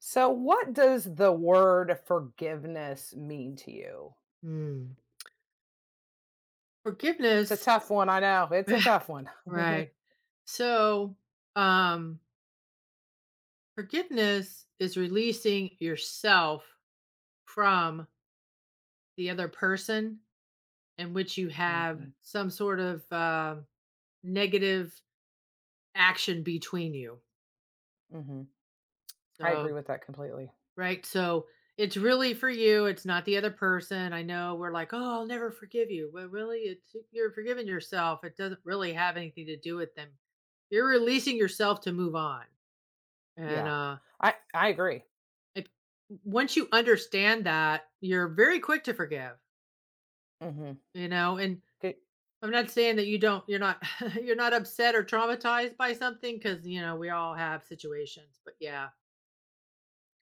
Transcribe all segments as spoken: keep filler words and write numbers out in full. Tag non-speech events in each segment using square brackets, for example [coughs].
So, what does the word forgiveness mean to you? Mm. It's a Forgiveness, tough one. I know. It's a [sighs] tough one. right. [laughs] So, um, forgiveness is releasing yourself from the other person in which you have hmm some sort of uh, negative action between you. hmm I So, agree with that completely. right. So, it's really for you. It's not the other person. I know we're like, oh, I'll never forgive you. But really, it's you're forgiving yourself. It doesn't really have anything to do with them. You're releasing yourself to move on. And Yeah. uh I, I agree. If once you understand that, you're very quick to forgive, hmm you know, and I'm not saying that you don't you're not [laughs] you're not upset or traumatized by something, because you know, we all have situations, but yeah.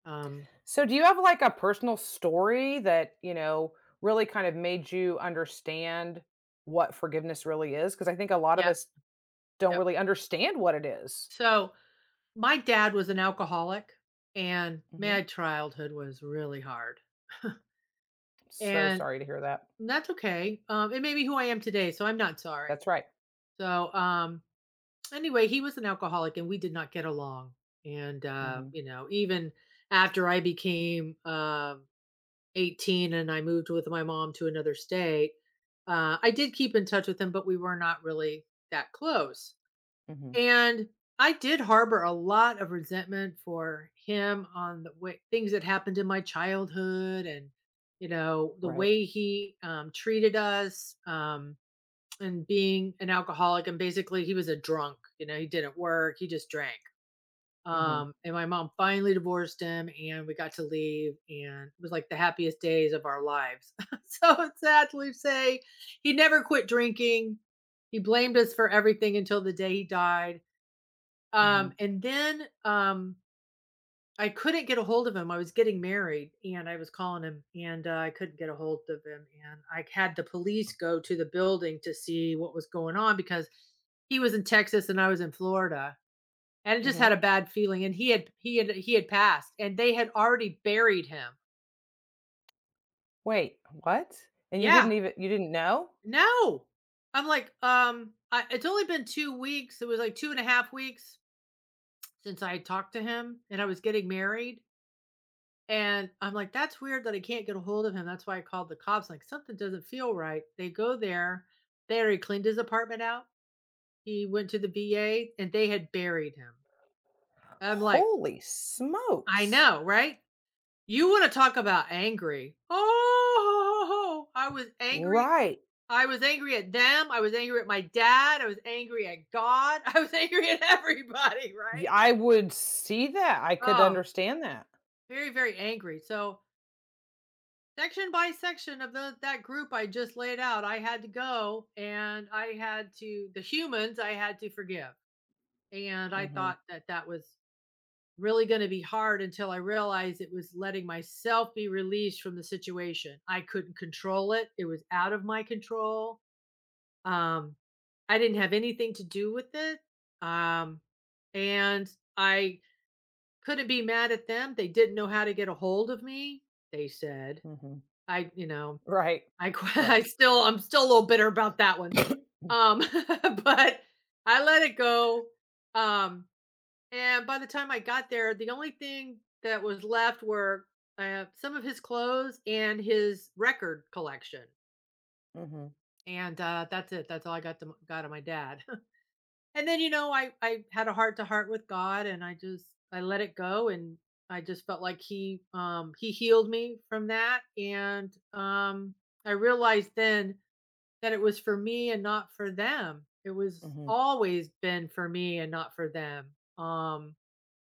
Um, So, do you have like a personal story that, you know, really kind of made you understand what forgiveness really is? Because I think a lot of yeah, us don't yep. really understand what it is. So, my dad was an alcoholic and Mm-hmm. my childhood was really hard. [laughs] So And sorry to hear that. that's okay. Um, it made me who I am today, so I'm not sorry. That's right. So, um Anyway, he was an alcoholic and we did not get along. And, uh, hmm you know, even after I became um eighteen and I moved with my mom to another state, uh, I did keep in touch with him, but we were not really that close. hmm And I did harbor a lot of resentment for him on the way things that happened in my childhood and, you know, the Right. way he um, treated us. Um, and being an alcoholic, and basically he was a drunk. You know, he didn't work, he just drank. hmm um And my mom finally divorced him and we got to leave, and it was like the happiest days of our lives. [laughs] So sad to say, he never quit drinking. He blamed us for everything until the day he died. hmm Um and then um I couldn't get a hold of him. I was getting married and I was calling him, and uh, I couldn't get a hold of him. And I had the police go to the building to see what was going on, because he was in Texas and I was in Florida. And I just had hmm a bad feeling. And he had he had he had passed and they had already buried him. Wait, what? And you Yeah. didn't even you didn't know? No. I'm like, um, I, it's only been two weeks. It was like two and a half weeks since I had talked to him, and I was getting married. And I'm like, that's weird that I can't get a hold of him. That's why I called the cops. Like, something doesn't feel right. They go there. They already cleaned his apartment out. He went to the V A and they had buried him. I'm like, Holy I smokes. know, right? You want to talk about angry. Oh, I was angry. Right. I was angry at them. I was angry at my dad. I was angry at God. [laughs] I was angry at everybody, Yeah, right? I would see that. I could Oh, understand that. very, very angry. So section by section of the that group I just laid out, I had to go and I had to the humans I had to forgive. And I Mhm. thought that that was really going to be hard until I realized it was letting myself be released from the situation. I couldn't control it. It was out of my control. Um I didn't have anything to do with it. Um and I couldn't be mad at them. They didn't know how to get a hold of me, they said. Mhm. I, you know, Right. I qui [laughs] I Right. still I'm still a little bitter about that one. Um, [coughs] [laughs] but I let it go, um, and by the time I got there, the only thing that was left were, uh, some of his clothes and his record collection, Mhm. and, uh, that's it. That's all I got to got of my dad. [laughs] And then, you know, I I had a heart-to-heart with God, and I just I let it go, and I just felt like he, um, he healed me from that, and, um, I realized then that it was for me and not for them. It was Mhm. always been for me and not for them. Um,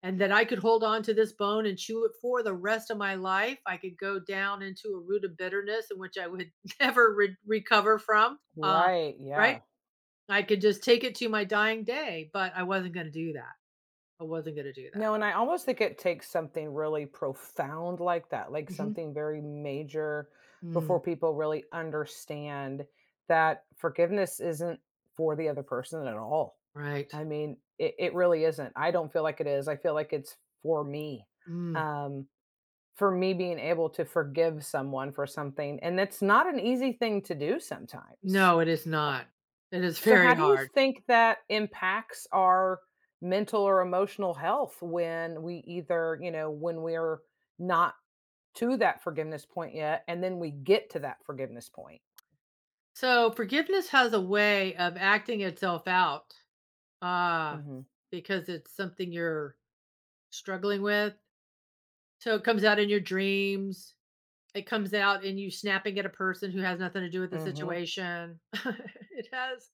and that I could hold on to this bone and chew it for the rest of my life. I could go down into a root of bitterness in which I would [laughs] never re- recover from. Uh, Right, right? yeah. I could just take it to my dying day, but I wasn't going to do that. I wasn't going to do that. No, and I almost think it takes something really profound like that, like Mhm. something very major before Mm, people really understand that forgiveness isn't for the other person at all. right. I mean, it it really isn't. I don't feel like it is. I feel like it's for me. Mm. Um, for me being able to forgive someone for something, and that's not an easy thing to do sometimes. No, it is not. It is So very how do you hard. think that impacts our mental or emotional health when we either, you know, when we're not to that forgiveness point yet, and then we get to that forgiveness point? So forgiveness has a way of acting itself out. Ah, Mhm. because it's something you're struggling with? So it comes out in your dreams. It comes out in you snapping at a person who has nothing to do with the Mhm. situation. [laughs] It has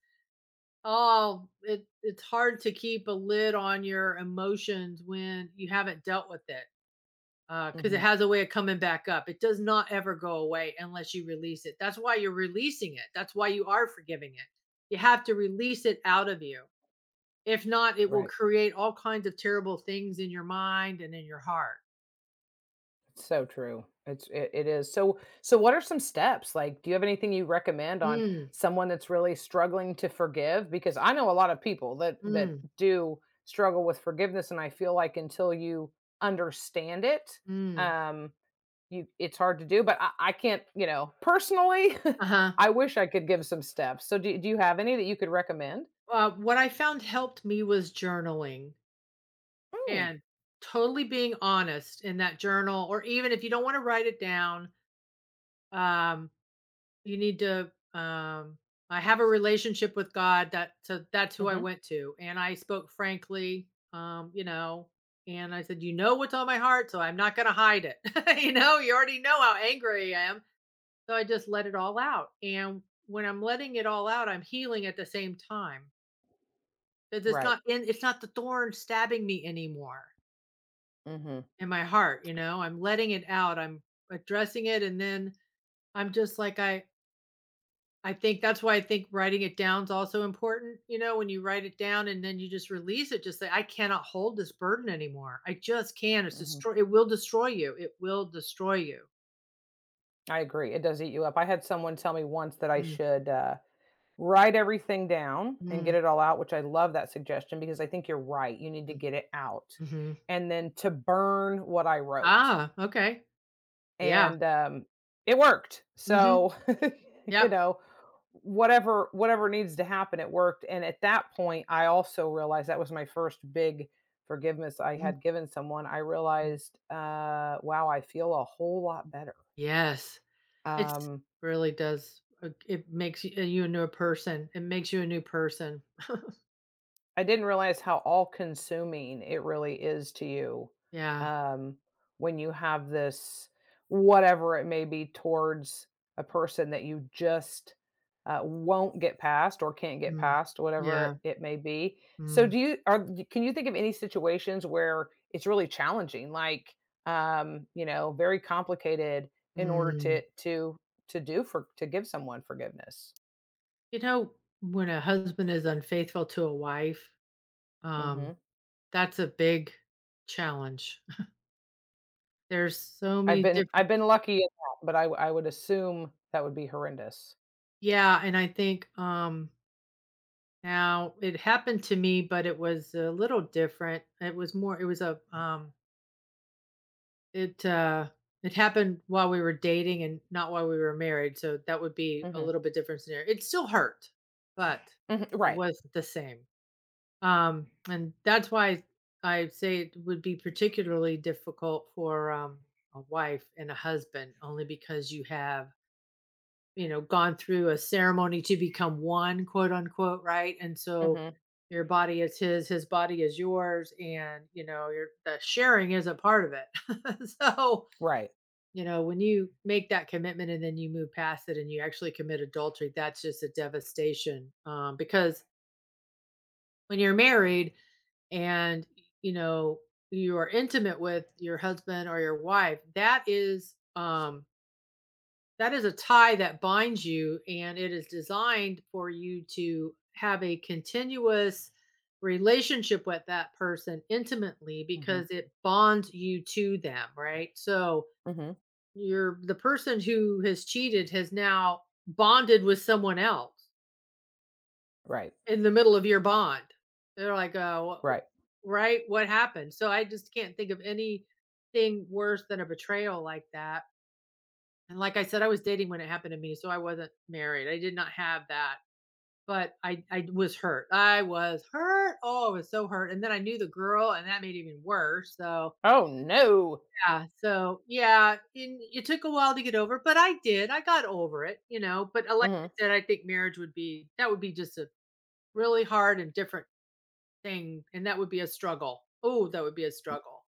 all it It's hard to keep a lid on your emotions when you haven't dealt with it, because it Mhm. has a way of coming back up. It does not ever go away unless you release it. That's why you're releasing it. That's why you are forgiving it. You have to release it out of you. If not, it will Right. create all kinds of terrible things in your mind and in your heart. So true. It's it, it is. So so what are some steps? Like do you have anything you recommend on Mm, someone that's really struggling to forgive because I know a lot of people that that mm, do struggle with forgiveness and I feel like until you understand it, mm. um, you it's hard to do but I, I can't, you know, personally [laughs] Uh-huh. I wish I could give some steps. So do, do you have any that you could recommend? Uh, what I found helped me was journaling Mm. and totally being honest in that journal, or even if you don't want to write it down, um, you need to. Um, I have a relationship with God. That so that's who I hmm went to, and I spoke frankly. Um, you know, and I said, "You know what's on my heart, so I'm not going to hide it." [laughs] You know, you already know how angry I am. So I just let it all out, and when I'm letting it all out, I'm healing at the same time. Because it's Right. not in it's not the thorn stabbing me anymore hmm in my heart, you know? I'm letting it out, I'm addressing it, and then I'm just like, I I think that's why I think writing it down is also important, you know, when you write it down and then you just release it, just say, "I cannot hold this burden anymore. I just can't. It's hmm destroy It will destroy you. It will destroy you." I agree. It does eat you up. I had someone tell me once that I Mm, should uh write everything down and get mm, it all out, which I love that suggestion because I think you're right. You need to mm, get it out. mhm. And then to burn what I wrote. Ah, okay. Yeah. And um, it worked. Mhm. So, [laughs] you Yep. know, whatever whatever needs to happen, it worked. And at that point, I also realized that was my first big forgiveness I Mhm, had given someone. I mm. realized, uh, wow, I feel a whole lot better. Yes, it's Um, really does, uh, it makes you you a new person, it makes you a new person. I didn't realize how all-consuming it really is to you, Yeah, um, when you have this, whatever it may be, towards a person that you just, uh, won't get past or can't get mm, past, yeah, whatever it may be. So mm, do you are can you think of any situations where it's really challenging, like, um, you know, very complicated in order to mm. to to do for to give someone forgiveness? You know, when a husband is unfaithful to a wife, um, Mhm. that's a big challenge. [laughs] There's so I've many been different. I've been lucky in [laughs] that, but I w- I would assume that would be horrendous. Yeah, and I think, um, now it happened to me, but it was a little different. It was more it was a, um It, uh it happened while we were dating and not while we were married, so that would be a Mhm, little bit different scenario. It still hurt, yeah, but mhm, it right, wasn't the same. Um, and that's why I say it would be particularly difficult for um, a wife and a husband, only because you have, you know, gone through a ceremony to become one, quote unquote, right? And so mhm, your body is his, his body is yours, and you know, your the sharing is a part of it. [laughs] So right, you know, when you make that commitment and then you move past it and you actually commit adultery, that's just a devastation. Um, because when you're married and, you know, you are intimate with your husband or your wife, that is, um, that is a tie that binds you, and it is designed for you to have a continuous relationship with that person intimately mhm, because it bonds you to them, right? So, mhm, you're the person who has cheated has now bonded with someone else right, in the middle of your bond. They're like, "Oh, right. wh- right? What happened?" So I just can't think of anything worse than a betrayal like that. And like I said, I was dating when it happened to me, so I wasn't married. I did not have that, but I I was hurt. I was hurt. Oh, I was so hurt. And then I knew the girl, and that made it even worse. So Oh, no! yeah, so yeah, and it took a while to get over, but I did, I got over it, you know, but, uh, like I Mhm, said, I think marriage would be that would be just a really hard and different thing, and that would be a struggle. Oh, that would be a struggle.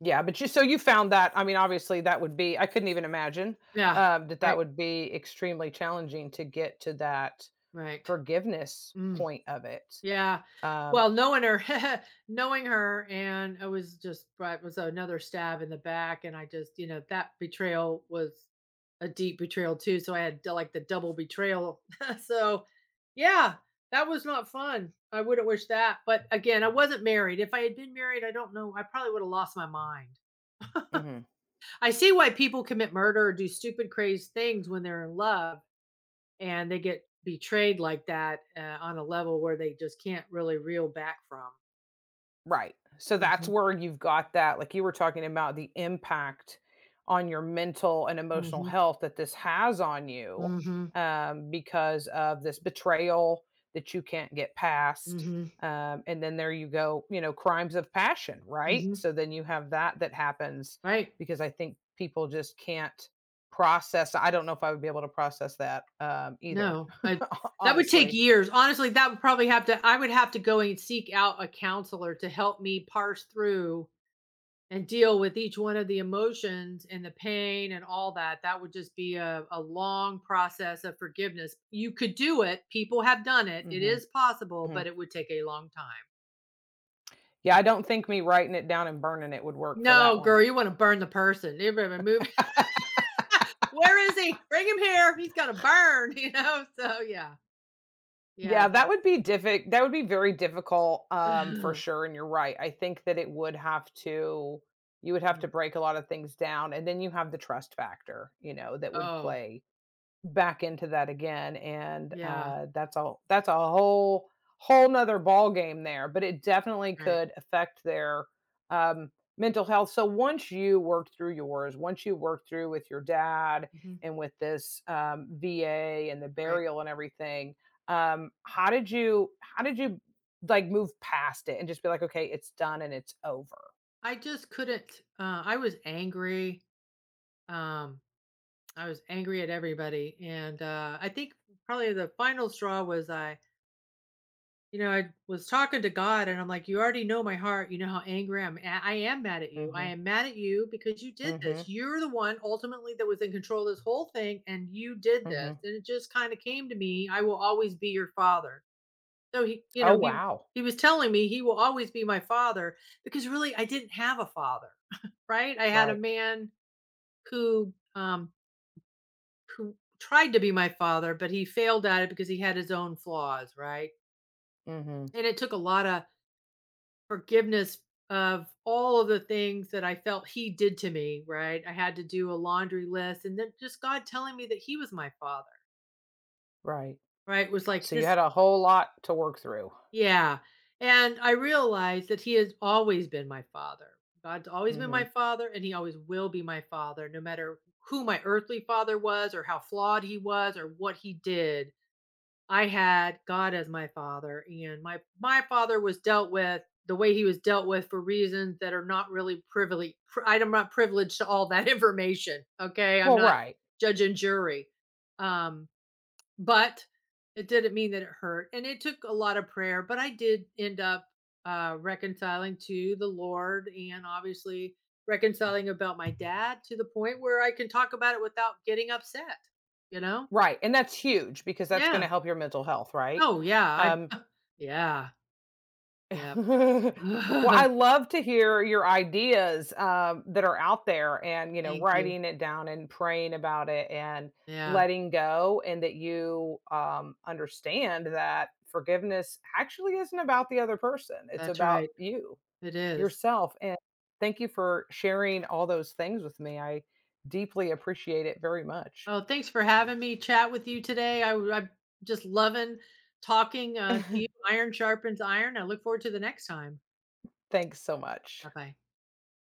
yeah, but you so you found that, I mean, obviously, that would be I couldn't even imagine, Yeah, um, that that right, would be extremely challenging to get to that right. forgiveness Mm. point of it. Yeah. um Well, knowing her [laughs] knowing her, and it was just right, was another stab in the back, and I just, you know, that betrayal was a deep betrayal too, so I had d like the double betrayal. [laughs] So, yeah, that was not fun. I wouldn't wish that, but again, I wasn't married. If I had been married, I don't know, I probably would have lost my mind. Mhm. I see why people commit murder or do stupid, crazy things when they're in love and they get betrayed like that, uh, on a level where they just can't really reel back from. Right. So that's Mhm, where you've got that, like you were talking about the impact on your mental and emotional mhm, health that this has on you, mhm, um, because of this betrayal that you can't get past. mhm, Um, and then there you go, you know, crimes of passion, right? mhm, So then you have that that happens right. because I think people just can't process. I don't know if I would be able to process that, um, either, No, but [laughs] that would take honestly. years. Honestly, that would probably have to I would have to go and seek out a counselor to help me parse through and deal with each one of the emotions and the pain and all that. That would just be a, a long process of forgiveness. You could do it. People have done it. It Mm-hmm. is possible, hmm but it would take a long time. Yeah, I don't think me writing it down and burning it would work for that No, one. girl, you want to burn the person. You better move. [laughs] Where is he? Bring him here. He's gonna burn, [laughs] you know. So yeah. Yeah, Yeah, that that would be difficult. That would be very difficult, um, for [laughs] sure, and you're right. I think that it would have to you would have Mm. to break a lot of things down, and then you have the trust factor, you know, that would Oh, play back into that again and yeah, uh that's all that's a whole whole nother ball game there but it definitely right. could affect their um mental health. So once you work through yours, once you work through with your dad Mhm, and with this, um, V A and the right. burial and everything, um, how did you how did you like move past it and just be like, okay, it's done and it's over. I just couldn't, uh, I was angry, um, I was angry at everybody, and, uh, I think probably the final straw was I you know, I was talking to God, and I'm like, "You already know my heart, you know how angry I'm a I am. Mad at you, I Mhm, am mad at you because you did this. mhm, You're the one ultimately that was in control of this whole thing, and you did this." mhm. And it just kinda came to me, "I will always be your father." So he you Oh, know, he wow. he was telling me he will always be my father, because really I didn't have a father, [laughs] right? I had a Right. man who um who tried to be my father, but he failed at it because he had his own flaws, right? Mhm, And it took a lot of forgiveness of all of the things that I felt he did to me, right? I had to do a laundry list, and then just God telling me that he was my father, right. right? Was like So you this. had a whole lot to work through. Yeah, and I realized that he has always been my father. God's always been my Mhm. father, and he always will be my father, no matter who my earthly father was, or how flawed he was, or what he did. I had God as my father, and my my father was dealt with the way he was dealt with for reasons that are not really privileged. I'm not privileged to all that [laughs] information. Okay, I'm Well, not right, judge and jury. Um, but it didn't mean that it hurt, and it took a lot of prayer, but I did end up, uh, reconciling to the Lord, and obviously reconciling about my dad to the point where I can talk about it without getting upset, you know? right, and that's huge because that's Yeah. gonna help your mental health, right? Oh, yeah, I Um, [laughs] Yeah, yep. [laughs] Well, [laughs] I love to hear your ideas, um, that are out there and, you know, Thank you. writing it down and praying about it and Yeah, letting go, and that you, um, understand that forgiveness actually isn't about the other person. It's that's about right. you, It is. yourself. And thank you for sharing all those things with me. I deeply appreciate it very much. Oh, thanks for having me chat with you today. i w I'm just loving talking, uh, to you. [laughs] Iron sharpens iron. I look forward to the next time. Thanks so much. Bye-bye.